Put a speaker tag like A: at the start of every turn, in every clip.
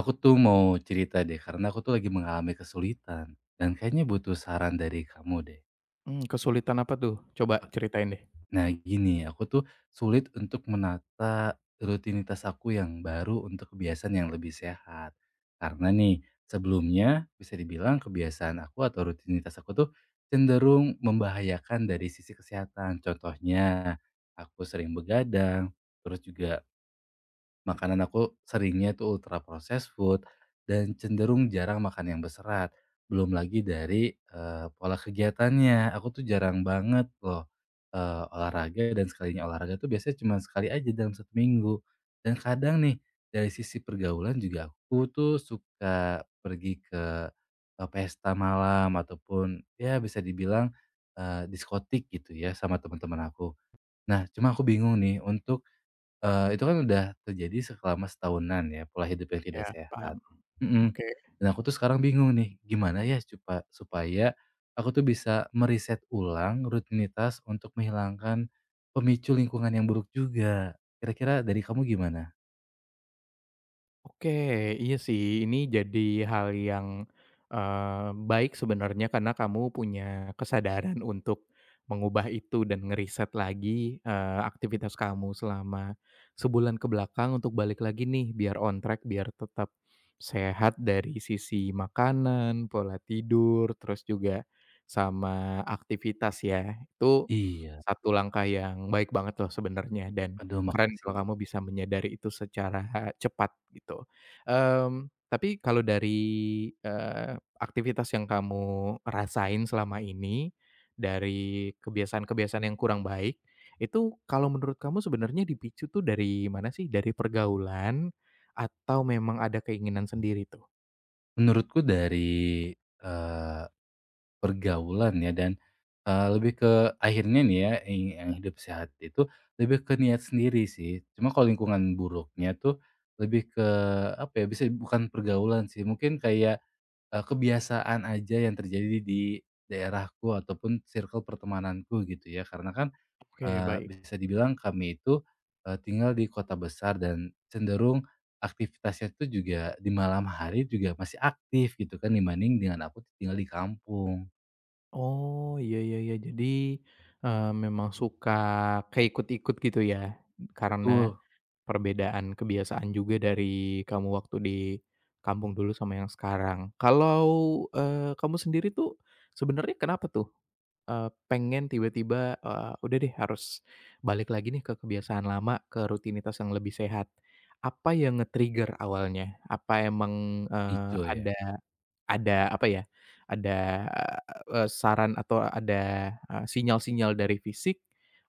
A: Aku tuh mau cerita deh, karena aku tuh lagi mengalami kesulitan dan kayaknya butuh saran dari kamu deh.
B: Kesulitan apa tuh? Coba ceritain deh.
A: Nah, gini, aku tuh sulit untuk menata rutinitas aku yang baru untuk kebiasaan yang lebih sehat. Karena nih, sebelumnya bisa dibilang kebiasaan aku atau rutinitas aku tuh cenderung membahayakan dari sisi kesehatan. Contohnya, aku sering begadang, terus juga makanan aku seringnya tuh ultra processed food dan cenderung jarang makan yang berserat. Belum lagi dari pola kegiatannya, aku tuh jarang banget loh, olahraga dan sekalinya olahraga tuh biasanya cuma sekali aja dalam 1 minggu. Dan kadang nih, dari sisi pergaulan juga aku tuh suka pergi ke, pesta malam ataupun ya bisa dibilang, diskotik gitu ya sama teman-teman aku. Nah, cuma aku bingung nih untuk itu kan udah terjadi selama setahunan ya, pola hidup yang tidak
B: Ya,
A: sehat.
B: paham.
A: Mhm,
B: Oke.
A: dan aku tuh sekarang bingung nih, gimana ya supaya aku tuh bisa meriset ulang rutinitas untuk menghilangkan pemicu lingkungan yang buruk juga. Kira-kira dari kamu gimana?
B: Oke, iya sih, ini jadi hal yang, baik sebenarnya karena kamu punya kesadaran untuk mengubah itu dan ngeriset lagi, aktivitas kamu selama sebulan ke belakang untuk balik lagi nih biar on track, biar tetap sehat dari sisi makanan, pola tidur, terus juga sama aktivitas ya. Itu. Mhm.
A: Iya,
B: Satu langkah yang baik banget loh sebenarnya, dan
A: aduh
B: keren kalau
A: makasih.
B: kamu bisa menyadari itu secara cepat gitu. Tapi kalau dari, eee, aktivitas yang kamu rasain selama ini, dari kebiasaan-kebiasaan yang kurang baik, itu kalau menurut kamu sebenarnya dipicu tuh dari mana sih? Dari pergaulan atau memang ada keinginan sendiri tuh?
A: Menurutku dari, eh, pergaulan ya dan, lebih ke akhirnya nih ya, yang hidup sehat itu lebih ke niat sendiri sih. Cuma kalau lingkungan buruknya tuh lebih ke apa ya, bisa bukan pergaulan sih, mungkin kayak, kebiasaan aja yang terjadi di daerahku ataupun circle pertemananku gitu ya. Karena kan,
B: Oke, baik.
A: bisa dibilang kami itu, tinggal di kota besar dan cenderung aktivitasnya itu juga di malam hari juga masih aktif gitu kan dibanding dengan aku tinggal di kampung.
B: Oh, iya, iya, iya. Jadi, memang suka keikut-ikut gitu ya? Karena
A: Betul,
B: perbedaan kebiasaan juga dari kamu waktu di kampung dulu sama yang sekarang. Kalau, kamu sendiri tuh sebenarnya kenapa tuh, pengen tiba-tiba, "Udah deh harus balik lagi nih ke kebiasaan lama, ke rutinitas yang lebih sehat." Apa yang nge-trigger awalnya? Apa emang,
A: hijau ya.
B: ada apa ya, ada, saran atau ada, sinyal-sinyal dari fisik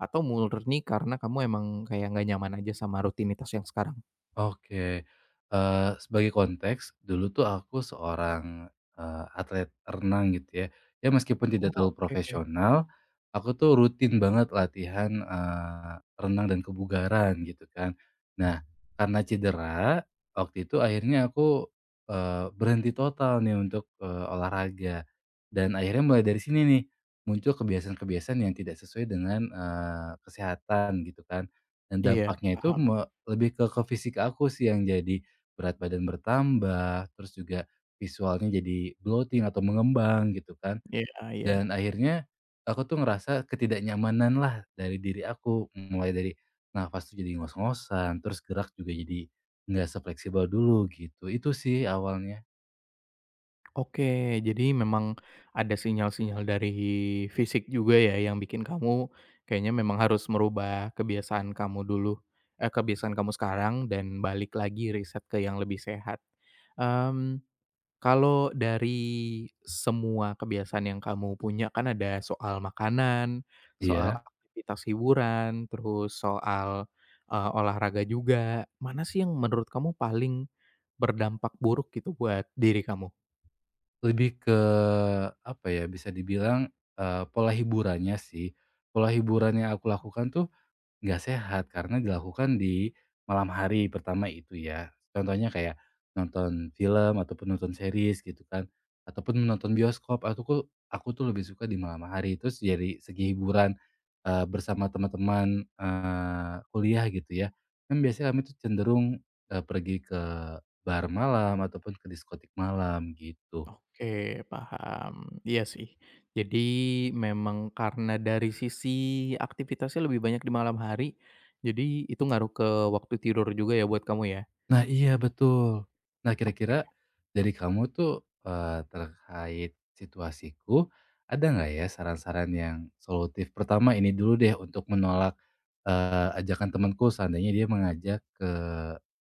B: atau murni karena kamu emang kayak nggak nyaman aja sama rutinitas yang sekarang?
A: Oke, sebagai konteks, dulu tuh aku seorang, atlet renang gitu ya. Ya meskipun
B: Oh,
A: tidak terlalu
B: oke.
A: profesional, aku tuh rutin banget latihan, renang dan kebugaran gitu kan. Nah, karena cedera, waktu itu akhirnya aku, berhenti total nih untuk, olahraga. Dan akhirnya mulai dari sini nih, muncul kebiasaan-kebiasaan yang tidak sesuai dengan, kesehatan gitu kan. Dan
B: Iya,
A: dampaknya itu
B: paham.
A: lebih ke fisik aku sih yang jadi berat badan bertambah, terus juga visualnya jadi bloating atau mengembang gitu kan.
B: Iya, iya.
A: Dan akhirnya aku tuh ngerasa ketidaknyamanan lah dari diri aku, mulai dari nafas tuh jadi ngos-ngosan, terus gerak juga jadi nggak sefleksibel dulu gitu. Itu sih awalnya.
B: Oke, jadi memang ada sinyal-sinyal dari fisik juga ya yang bikin kamu kayaknya memang harus merubah kebiasaan kamu dulu kebiasaan kamu sekarang dan balik lagi riset ke yang lebih sehat. Mmm Kalau dari semua kebiasaan yang kamu punya kan ada soal makanan, soal
A: Iya,
B: aktivitas hiburan, terus soal, olahraga juga. Mana sih yang menurut kamu paling berdampak buruk gitu buat diri kamu?
A: lebih ke apa ya, bisa dibilang, pola hiburannya sih. Pola hiburan yang aku lakukan tuh nggak sehat karena dilakukan di malam hari pertama itu ya. Contohnya kayak nonton film ataupun nonton series gitu kan, ataupun menonton bioskop, aku tuh lebih suka di malam hari. Terus jadi segi hiburan, bersama teman-teman, kuliah gitu ya, kan biasanya kami tuh cenderung, pergi ke bar malam ataupun ke diskotik malam gitu.
B: Oke, paham. Iya sih. Jadi memang karena dari sisi aktivitasnya lebih banyak di malam hari, jadi itu ngaruh ke waktu tidur juga ya buat kamu ya?
A: Nah iya betul. Nah kira-kira
B: Ok.
A: dari kamu tuh, terkait situasiku, ada nggak ya saran-saran yang solutif? Pertama ini dulu deh untuk menolak, ajakan temanku seandainya dia mengajak ke,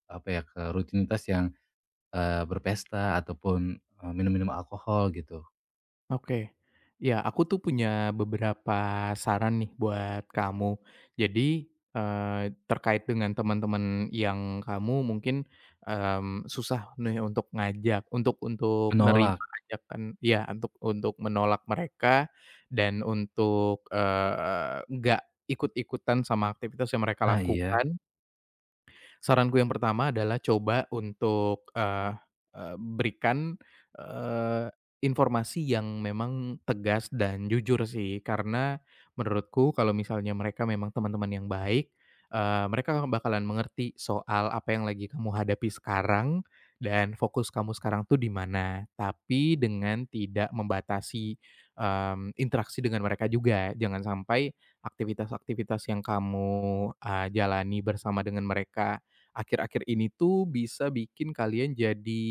A: apa ya, ke rutinitas yang, berpesta ataupun, minum-minum alkohol gitu,
B: Oke. Ya, aku tuh punya beberapa saran nih buat kamu. Jadi, eee, terkait dengan teman-teman yang kamu mungkin, susah nih untuk ngajak, untuk nerima
A: menolak.
B: ajakan ya, untuk menolak mereka dan untuk, nggak ikut-ikutan sama aktivitas yang mereka
A: Nah iya,
B: lakukan. Saranku yang pertama adalah coba untuk, eee eee, berikan, eee, informasi yang memang tegas dan jujur sih, karena menurutku kalau misalnya mereka memang teman-teman yang baik, mereka bakalan mengerti soal apa yang lagi kamu hadapi sekarang dan fokus kamu sekarang tuh di mana. Tapi dengan tidak membatasi, interaksi dengan mereka juga. Jangan sampai aktivitas-aktivitas yang kamu, jalani bersama dengan mereka akhir-akhir ini tuh bisa bikin kalian jadi,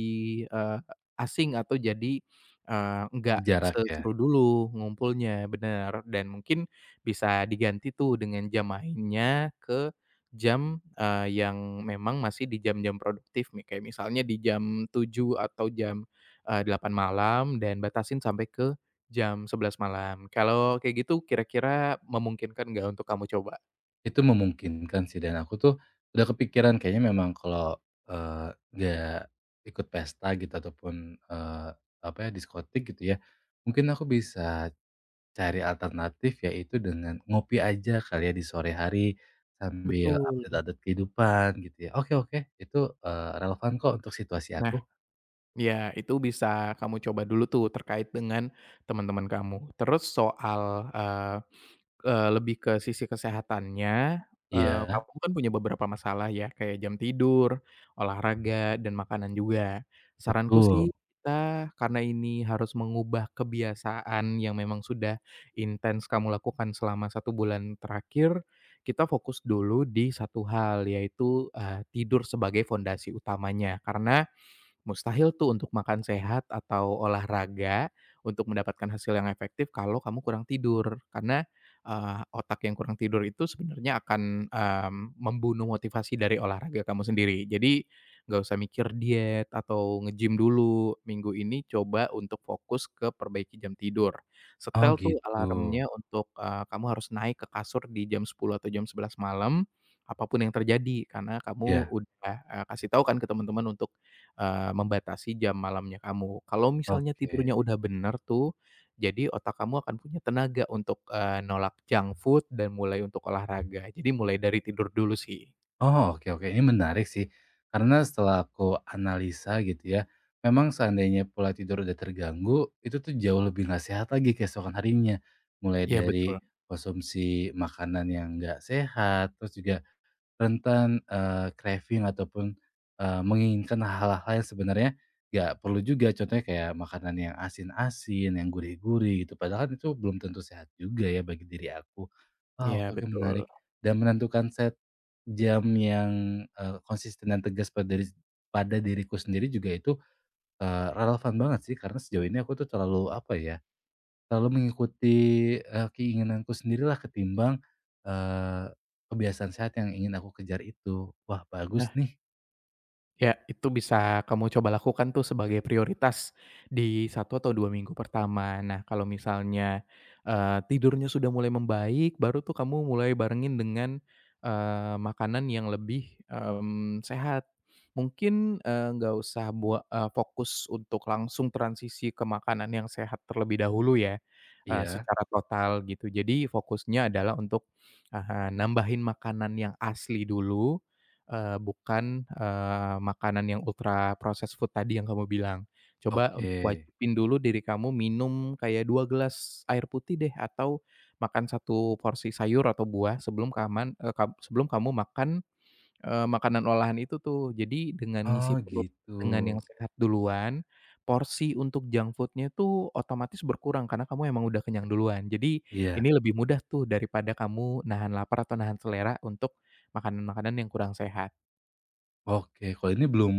B: eee, asing atau jadi, nggak
A: jarak ya.
B: seseru dulu ngumpulnya, bener. Dan mungkin bisa diganti tuh dengan jam mainnya ke jam, yang memang masih di jam-jam produktif nih, kayak misalnya di jam 7 atau jam, 8.00 malam dan batasin sampai ke jam 11 malam. Kalau kayak gitu kira-kira memungkinkan nggak untuk kamu coba?
A: Itu memungkinkan sih dan aku tuh udah kepikiran kayaknya memang kalau, nggak ikut pesta gitu ataupun, eee, apa ya, diskotik gitu ya, mungkin aku bisa cari alternatif yaitu dengan ngopi aja kali ya di sore hari sambil
B: Betul.
A: update-update kehidupan gitu ya. Oke oke, itu, relevan kok untuk situasi
B: Nah,
A: aku.
B: ya, itu bisa kamu coba dulu tuh terkait dengan teman-teman kamu. Terus soal, eee eee, lebih ke sisi kesehatannya,
A: Iya,
B: kamu kan punya beberapa masalah ya, kayak jam tidur, olahraga, dan makanan juga. Saranku
A: betul.
B: sih, kita karena ini harus mengubah kebiasaan yang memang sudah intens kamu lakukan selama 1 bulan terakhir, kita fokus dulu di satu hal, yaitu, tidur sebagai fondasi utamanya. Karena mustahil tuh untuk makan sehat atau olahraga untuk mendapatkan hasil yang efektif kalau kamu kurang tidur. Karena, otak yang kurang tidur itu sebenarnya akan, membunuh motivasi dari olahraga kamu sendiri. Jadi nggak usah mikir diet atau nge-gym dulu, minggu ini coba untuk fokus ke perbaiki jam tidur.
A: Oh
B: Setel tuh
A: gitu.
B: alarmnya untuk, kamu harus naik ke kasur di jam 10 atau jam 11 malam, apapun yang terjadi karena kamu
A: Ya
B: udah, kasih tahu kan ke teman-teman untuk membatasi jam malamnya kamu. Kalau misalnya
A: oke.
B: tidurnya udah bener tuh, jadi otak kamu akan punya tenaga untuk, nolak junk food dan mulai untuk olahraga. Jadi mulai dari tidur dulu sih.
A: Oh, oke oke. Ini menarik sih, karena setelah aku analisa gitu ya, memang seandainya pola tidur udah terganggu, itu tuh jauh lebih nggak sehat lagi keesokan harinya. Mulai
B: Iya, betul.
A: dari konsumsi makanan yang nggak sehat, terus juga rentan, craving ataupun, menginginkan hal-hal yang sebenarnya nggak perlu juga. Contohnya kayak makanan yang asin-asin, yang gurih-gurih gitu, padahal kan itu belum tentu sehat juga ya bagi diri aku. Wah,
B: Iya,
A: oke oke
B: betul.
A: menarik. Dan menentukan set jam yang, konsisten dan tegas pada diriku sendiri juga itu, relevan banget sih karena sejauh ini aku tuh terlalu apa ya selalu mengikuti, keinginanku sendirilah ketimbang, eee, kebiasaan sehat yang ingin aku kejar itu. Wah, bagus nih.
B: Ya, itu bisa kamu coba lakukan tuh sebagai prioritas di satu atau 2 minggu pertama. Nah, kalau misalnya, tidurnya sudah mulai membaik, baru tuh kamu mulai barengin dengan, makanan yang lebih, sehat. Mungkin, nggak usah buat fokus untuk langsung transisi ke makanan yang sehat terlebih dahulu ya,
A: Iya,
B: secara total gitu. Jadi fokusnya adalah untuk, nambahin makanan yang asli dulu, bukan, makanan yang ultra processed food tadi yang kamu bilang. Coba
A: oke.
B: untuk wajibin dulu diri kamu minum kayak 2 gelas air putih deh, atau makan 1 porsi sayur atau buah sebelum kamu makan, makanan olahan itu tuh. Jadi dengan
A: Oh,
B: ngisi perut
A: gitu.
B: dengan yang sehat duluan, porsi untuk junk foodnya tuh otomatis berkurang karena kamu emang udah kenyang duluan. Jadi
A: Iya,
B: ini lebih mudah tuh daripada kamu nahan lapar atau nahan selera untuk makanan-makanan yang kurang sehat.
A: oke. Kalau ini belum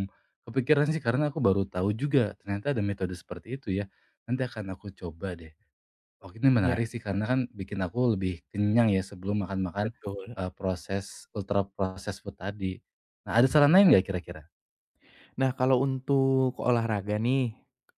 A: kepikiran sih karena aku baru tahu juga ternyata ada metode seperti itu ya. Nanti akan aku coba deh. Oke, ini
B: Iya,
A: menarik sih karena kan bikin aku lebih kenyang ya sebelum makan-makan,
B: betul.
A: proses ultra processed food tadi. Nah, ada saran lain
B: Iya.
A: nggak kira-kira?
B: Nah, kalau untuk olahraga nih,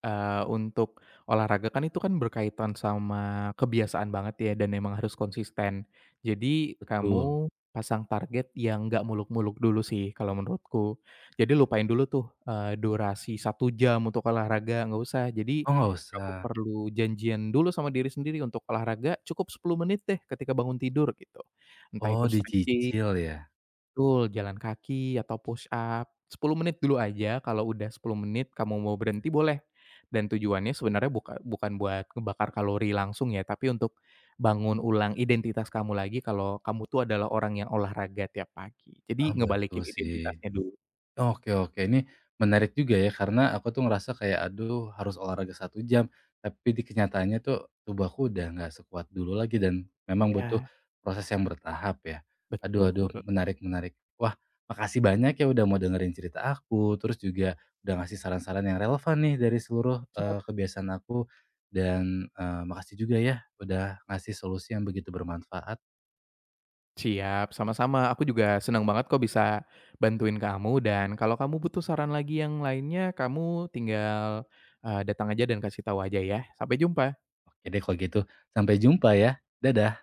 B: eee, untuk olahraga kan itu kan berkaitan sama kebiasaan banget ya dan emang harus konsisten. Jadi
A: Betul.
B: kamu pasang target yang nggak muluk-muluk dulu sih kalau menurutku. Jadi lupain dulu tuh, durasi 1 jam untuk olahraga, nggak usah. Jadi
A: Oh, nggak
B: kamu
A: usah.
B: perlu janjian dulu sama diri sendiri untuk olahraga cukup 10 menit deh ketika bangun tidur gitu. Entah
A: Oh
B: itu stretching.
A: dicicil ya?
B: Betul, jalan kaki atau push up, 10 menit dulu aja, kalau udah 10 menit kamu mau berhenti boleh. Dan tujuannya sebenarnya bukan buat ngebakar kalori langsung ya, tapi untuk bangun ulang identitas kamu lagi kalau kamu tuh adalah orang yang olahraga tiap pagi.
A: Ah,
B: Jadi
A: betul
B: ngebalikin
A: sih.
B: identitasnya dulu.
A: Oke oke ini menarik juga ya karena aku tuh ngerasa kayak aduh harus olahraga 1 jam, tapi di kenyataannya tuh tubuh aku udah nggak sekuat dulu lagi dan memang butuh
B: Ya,
A: proses yang bertahap ya. Aduh
B: betul.
A: aduh menarik menarik. Wah makasih banyak ya udah mau dengerin cerita aku, terus juga udah ngasih saran-saran yang relevan nih dari seluruh,
B: Siap.
A: kebiasaan aku dan, makasih juga ya udah ngasih solusi yang begitu bermanfaat.
B: Siap, sama-sama. Aku juga senang banget kok bisa bantuin kamu dan kalau kamu butuh saran lagi yang lainnya, kamu tinggal, datang aja dan kasih tahu aja ya. Sampai jumpa.
A: Oke deh kalau gitu, sampai jumpa ya. Dadah.